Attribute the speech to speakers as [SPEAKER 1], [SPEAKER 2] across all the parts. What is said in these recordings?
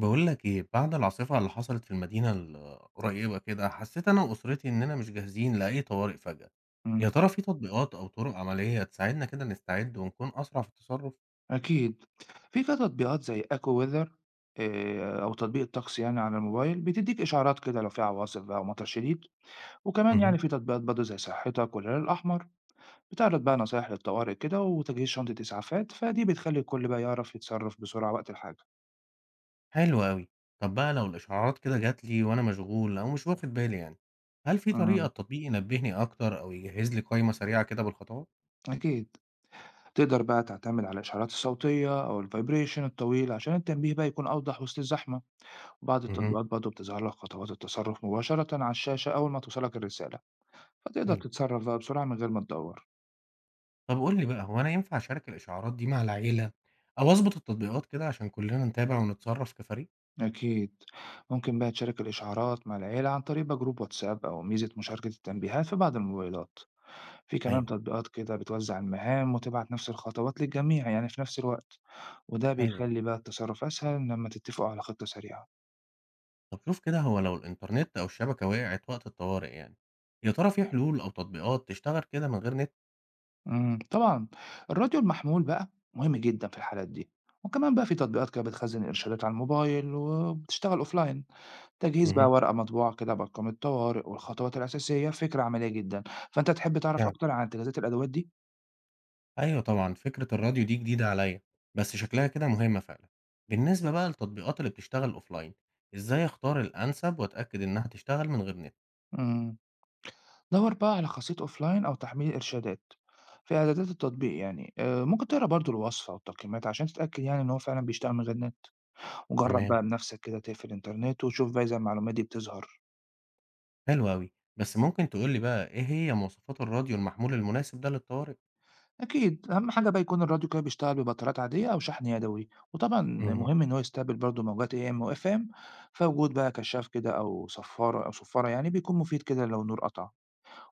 [SPEAKER 1] بقول لك إيه، بعد العاصفة اللي حصلت في المدينة القريبة كده، حسيت أنا وأسرتي إننا مش جاهزين لأي طوارئ فجأة. يا
[SPEAKER 2] إمم،
[SPEAKER 1] ترى في تطبيقات أو طرق عملية تساعدنا كده نستعد ونكون أسرع في التصرف؟
[SPEAKER 2] أكيد. في كده تطبيقات زي AccuWeather أو تطبيق الطقس يعني على الموبايل، بتدّيك إشعارات كده لو في عواصف بقى ومطر شديد، وكمان يعني
[SPEAKER 1] مهم.
[SPEAKER 2] في تطبيقات برضه زي صحتك والهلال الأحمر، بتعرض بقى نصايح للطوارئ كده وتجهيز شنطة إسعافات، فدي بتخلّي الكل بقى يعرف يتصرّف بسرعة وقت الحاجة.
[SPEAKER 1] حلو أوي. طب بقى لو الإشعارات كده جات لي وأنا مشغول أو مش واخد بالي يعني، هل في طريقة
[SPEAKER 2] إمم،
[SPEAKER 1] التطبيق ينبهني أكتر أو يجهز لي قائمة سريعة كده بالخطوات؟
[SPEAKER 2] أكيد. تقدر بقى تعتمد على الإشعارات الصوتية أو الvibration الطويل عشان التنبيه بقى يكون أوضح وسط الزحمة، وبعض
[SPEAKER 1] مهم.
[SPEAKER 2] التطبيقات برضه بتظهر لك خطوات التصرّف مباشرةً على الشاشة أول ما توصلك الرسالة. فتقدر
[SPEAKER 1] حلو.
[SPEAKER 2] تتصرف بقى بسرعة من غير ما تدور.
[SPEAKER 1] طب قول لي بقى هو أنا ينفع أشارك الإشعارات دي مع العيلة أو أظبط التطبيقات كده عشان كلنا نتابع ونتصرف كفريق؟
[SPEAKER 2] أكيد، ممكن بقى تشارك الإشعارات مع العيلة عن طريق بقى جروب واتساب أو ميزة مشاركة التنبيهات في بعض الموبايلات. في كمان
[SPEAKER 1] ايوه،
[SPEAKER 2] تطبيقات كده بتوزع المهام وتبعت نفس الخطوات للجميع يعني في نفس الوقت، وده
[SPEAKER 1] حلو ده.
[SPEAKER 2] بيخلي بقى التصرف أسهل لما تتفقوا على خطة سريعة.
[SPEAKER 1] طب شوف كده هو لو الإنترنت أو الشبكة وقعت وقت الطوارئ يعني، يا ترى في حلول أو تطبيقات تشتغل كده من غير نت؟
[SPEAKER 2] طبعا، الراديو المحمول بقى مهم جدا في الحالات دي، وكمان بقى في تطبيقات كده بتخزن الإرشادات على الموبايل وبتشتغل أوفلاين. تجهيز بقى
[SPEAKER 1] مه.
[SPEAKER 2] ورقة مطبوعة كده بأرقام الطوارئ والخطوات الأساسية فكرة عملية جدا، فأنت تحب تعرف
[SPEAKER 1] فعلا،
[SPEAKER 2] أكتر عن تجهيزات الأدوات دي؟
[SPEAKER 1] أيوة طبعا فكرة الراديو دي جديدة عليا، بس شكلها كده مهمة فعلا. بالنسبة بقى للتطبيقات اللي بتشتغل أوفلاين، إزاي أختار الأنسب وأتأكد إنها تشتغل من غير نت؟
[SPEAKER 2] إمم، دَوَّر بقى على خاصية أوفلاين أو تحميل إرشادات في إعدادات التطبيق يعني، ممكن تقرا برضه الوصفة والتقييمات عشان تتأكد يعني إن هو فعلًا بيشتغل من غير نت، وجرّب
[SPEAKER 1] تمام،
[SPEAKER 2] بقى بنفسك كده تقفل الإنترنت وشوف بقى إذا المعلومات دي بتظهر.
[SPEAKER 1] حلو أوي، بس ممكن تقولي بقى إيه هي مواصفات الراديو المحمول المناسب ده للطوارئ؟
[SPEAKER 2] أكيد، أهم حاجة بقى يكون الراديو كده بيشتغل ببطاريات عادية أو شحن يدوي، وطبعًا
[SPEAKER 1] مه.
[SPEAKER 2] مهم إن هو يستقبل برضه موجات AM وFM، فوجود بقى كشاف كده أو صفارة يعني بيكون مفيد كده لو النور قطع،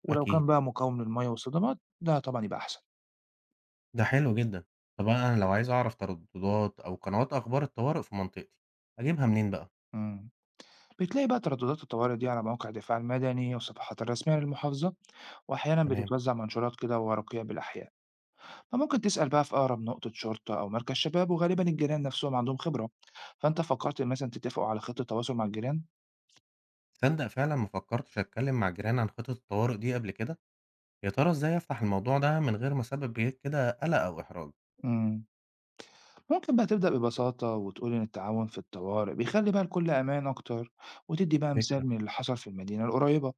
[SPEAKER 2] ولو كان
[SPEAKER 1] أكيد،
[SPEAKER 2] بقى مقاوم للمَيّة والصدمات ده طبعًا يبقى أحسن.
[SPEAKER 1] ده حلو جدا. طب أنا لو عايز أعرف ترددات أو قنوات أخبار الطوارئ في منطقتي، أجيبها منين بقى؟
[SPEAKER 2] إمم، بتلاقي بقى ترددات الطوارئ دي على مواقع الدفاع المدني والصفحات الرسمية للمحافظة، وأحيانًا
[SPEAKER 1] تمام.
[SPEAKER 2] بتتوزع منشورات كده وورقية بالأحياء، فممكن تسأل بقى في أقرب نقطة شرطة أو مركز شباب، وغالبًا الجيران نفسهم عندهم خبرة. فأنت فكرت مثلًا تتفقوا على خطة تواصل مع الجيران؟
[SPEAKER 1] تصدق فعلا ما فكرتش اتكلم مع جيراني عن خطط الطوارئ دي قبل كده. يا ترى ازاي افتح الموضوع ده من غير ما اسبب بيه كده قلق او احراج؟
[SPEAKER 2] إمم. ممكن بقى تبدأ ببساطة وتقول إن التعاون في الطوارئ بيخلّي بقى الكل أمان أكتر، وتدّي بقى مثال
[SPEAKER 1] فكرة.
[SPEAKER 2] من اللي حصل في المدينة القريبة،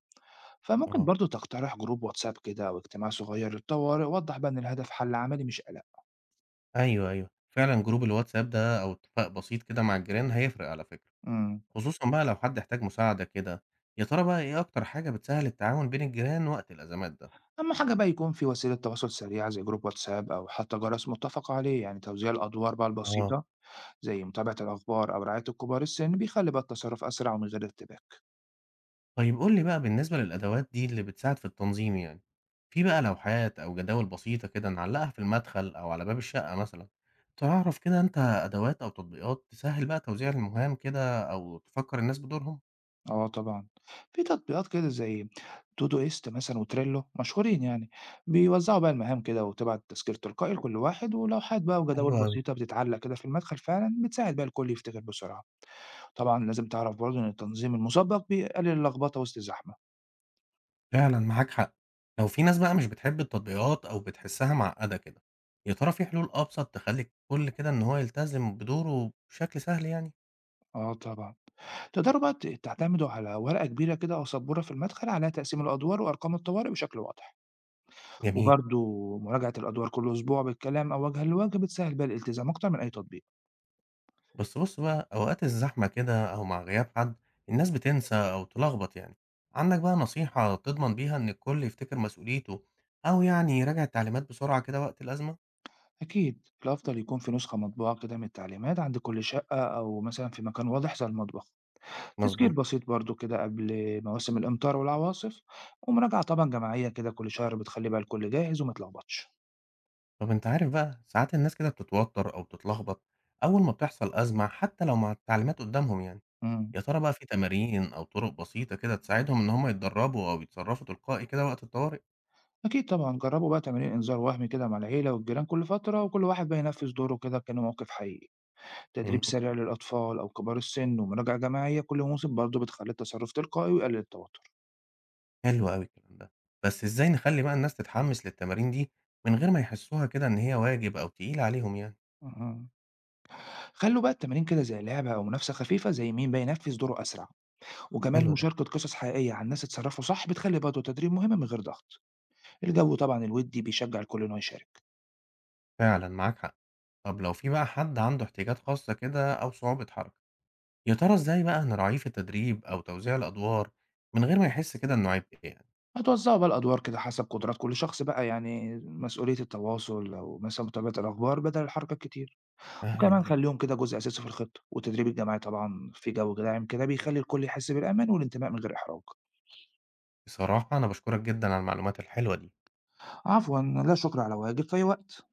[SPEAKER 2] فممكن
[SPEAKER 1] اه،
[SPEAKER 2] برضه تقترح جروب واتساب كده أو اجتماع صغير للطوارئ، ووضّح بقى إن الهدف حل عملي مش قلق.
[SPEAKER 1] ايوه ايوه فعلا، جروب الواتساب ده او اتفاق بسيط كده مع الجيران هيفرق على فكرة،
[SPEAKER 2] إمم.
[SPEAKER 1] خصوصا بقى لو حد احتاج مساعدة كده. يا ترى بقى ايه اكتر حاجة بتسهل التعاون بين الجيران وقت الازمات ده؟
[SPEAKER 2] أهم حاجة بقى يكون في وسيلة تواصل سريعة زي جروب واتساب أو حتى جرس متفق عليه، يعني توزيع الأدوار بقى
[SPEAKER 1] اه.
[SPEAKER 2] البسيطة زي متابعة الأخبار أو رعاية الكبار السن بيخلّي بقى التصرف أسرع ومن غير ارتباك.
[SPEAKER 1] طيب قُل لي بقى بالنسبة للأدوات دي اللي بتساعد في التنظيم يعني، في بقى لوحات أو جداول بسيطة كده نعلّقها في المدخل أو على باب الشقة مثلًا، تعرف كده أنت أدوات أو تطبيقات تسهّل بقى توزيع المهام كده أو تفكّر الناس بدورهم؟
[SPEAKER 2] آه طبعًا، في تطبيقات كده زي Todoist مثلًا وTrello مشهورين يعني، بيوزعوا بقى المهام كده وتبعت تذكير تلقائي لكل واحد، ولوحات بقى وجداول
[SPEAKER 1] حلو أوي.
[SPEAKER 2] بسيطة بتتعلق كده في المدخل فعلًا بتساعد بقى الكل يفتكر بسرعة، طبعًا لازم تعرف برضه إن التنظيم المسبق بيقلل اللخبطة وسط الزحمة.
[SPEAKER 1] فعلًا معاك حق، لو في ناس بقى مش بتحب التطبيقات أو بتحسّها معقّدة كده، يا ترى في حلول أبسط تخلّي الكل كده إن هو يلتزم بدوره بشكل سهل يعني؟
[SPEAKER 2] آه طبعًا، تقدروا بقى تعتمدوا على ورقة كبيرة كده أو سبورة في المدخل عليها تقسيم الأدوار وأرقام الطوارئ بشكل واضح،
[SPEAKER 1] جميل.
[SPEAKER 2] وبرضه مراجعة الأدوار كل أسبوع بالكلام أو وجهًا لوجه بتسهل بقى الالتزام أكتر من أي تطبيق.
[SPEAKER 1] بس بُص بقى، أوقات الزحمة كده أو مع غياب حد، الناس بتنسى أو تلخبط يعني. عندك بقى نصيحة تضمن بيها إن الكل يفتكر مسؤوليته أو يعني يراجع التعليمات بسرعة كده وقت الأزمة؟
[SPEAKER 2] أكيد الأفضل يكون في نسخة مطبوعة كده من التعليمات عند كل شقة أو مثلا في مكان واضح زي المطبخ. تسجيل
[SPEAKER 1] مظبوط.
[SPEAKER 2] بسيط برضو كده قبل مواسم الأمطار والعواصف ومراجعة طبعا جماعية كده كل شهر بتخلي بقى الكل جاهز وما يتلخبطش.
[SPEAKER 1] طب أنت عارف بقى ساعات الناس كده بتتوتر أو بتتلخبط أول ما بتحصل أزمة حتى لو مع التعليمات قدامهم يعني.
[SPEAKER 2] امم
[SPEAKER 1] يا ترى بقى في تمارين أو طرق بسيطة كده تساعدهم إن هم يتدربوا أو يتصرفوا تلقائي كده وقت الطوارئ؟
[SPEAKER 2] أكيد طبعا، جربوا بقى تمارين إنذار وهمي كده مع العيلة والجيران كل فترة وكل واحد بقى ينفذ دوره كده كأنه موقف حقيقي. تدريب سريع للأطفال أو كبار السن ومراجعة جماعية كل موسم برضو بتخلي التصرف تلقائي ويقلل التوتر.
[SPEAKER 1] حلو أوي الكلام ده، بس إزاي نخلّي بقى الناس تتحمّس للتمارين دي من غير ما يحسّوها كده إن هي واجب أو تقيلة عليهم يعني؟
[SPEAKER 2] امم خلوا بقى التمارين كده زي لعبة أو منافسة خفيفة زي مين بقى ينفذ دوره أسرع، وكمان
[SPEAKER 1] حلو ده.
[SPEAKER 2] مشاركة قصص حقيقية عن ناس اتصرفوا صح بتخلي برضه التدريب مهم من غير ضغط. الجو طبعا الودي بيشجع الكل إنه يشارك.
[SPEAKER 1] فعلًا معاك حق. طب لو في بقى حد عنده احتياجات خاصة كده أو صعوبة حركة، يا ترى إزاي بقى نراعيه في التدريب أو توزيع الأدوار من غير ما يحس كده إنه عبء يعني؟
[SPEAKER 2] هتوزعوا بقى الأدوار كده حسب قدرات كل شخص بقى، يعني مسؤولية التواصل أو مثلا متابعة الأخبار بدل الحركة الكتير،
[SPEAKER 1] أيوه،
[SPEAKER 2] وكمان
[SPEAKER 1] أيوه.
[SPEAKER 2] خليهم كده جزء أساسي في الخطة والتدريب الجماعي طبعا في جو داعم كده بيخلي الكل يحس بالأمان والانتماء من غير إحراج.
[SPEAKER 1] بصراحة أنا باشكرك جدًا على المعلومات الحلوة دي.
[SPEAKER 2] عفوا، لا شكر على واجب، في أي وقت.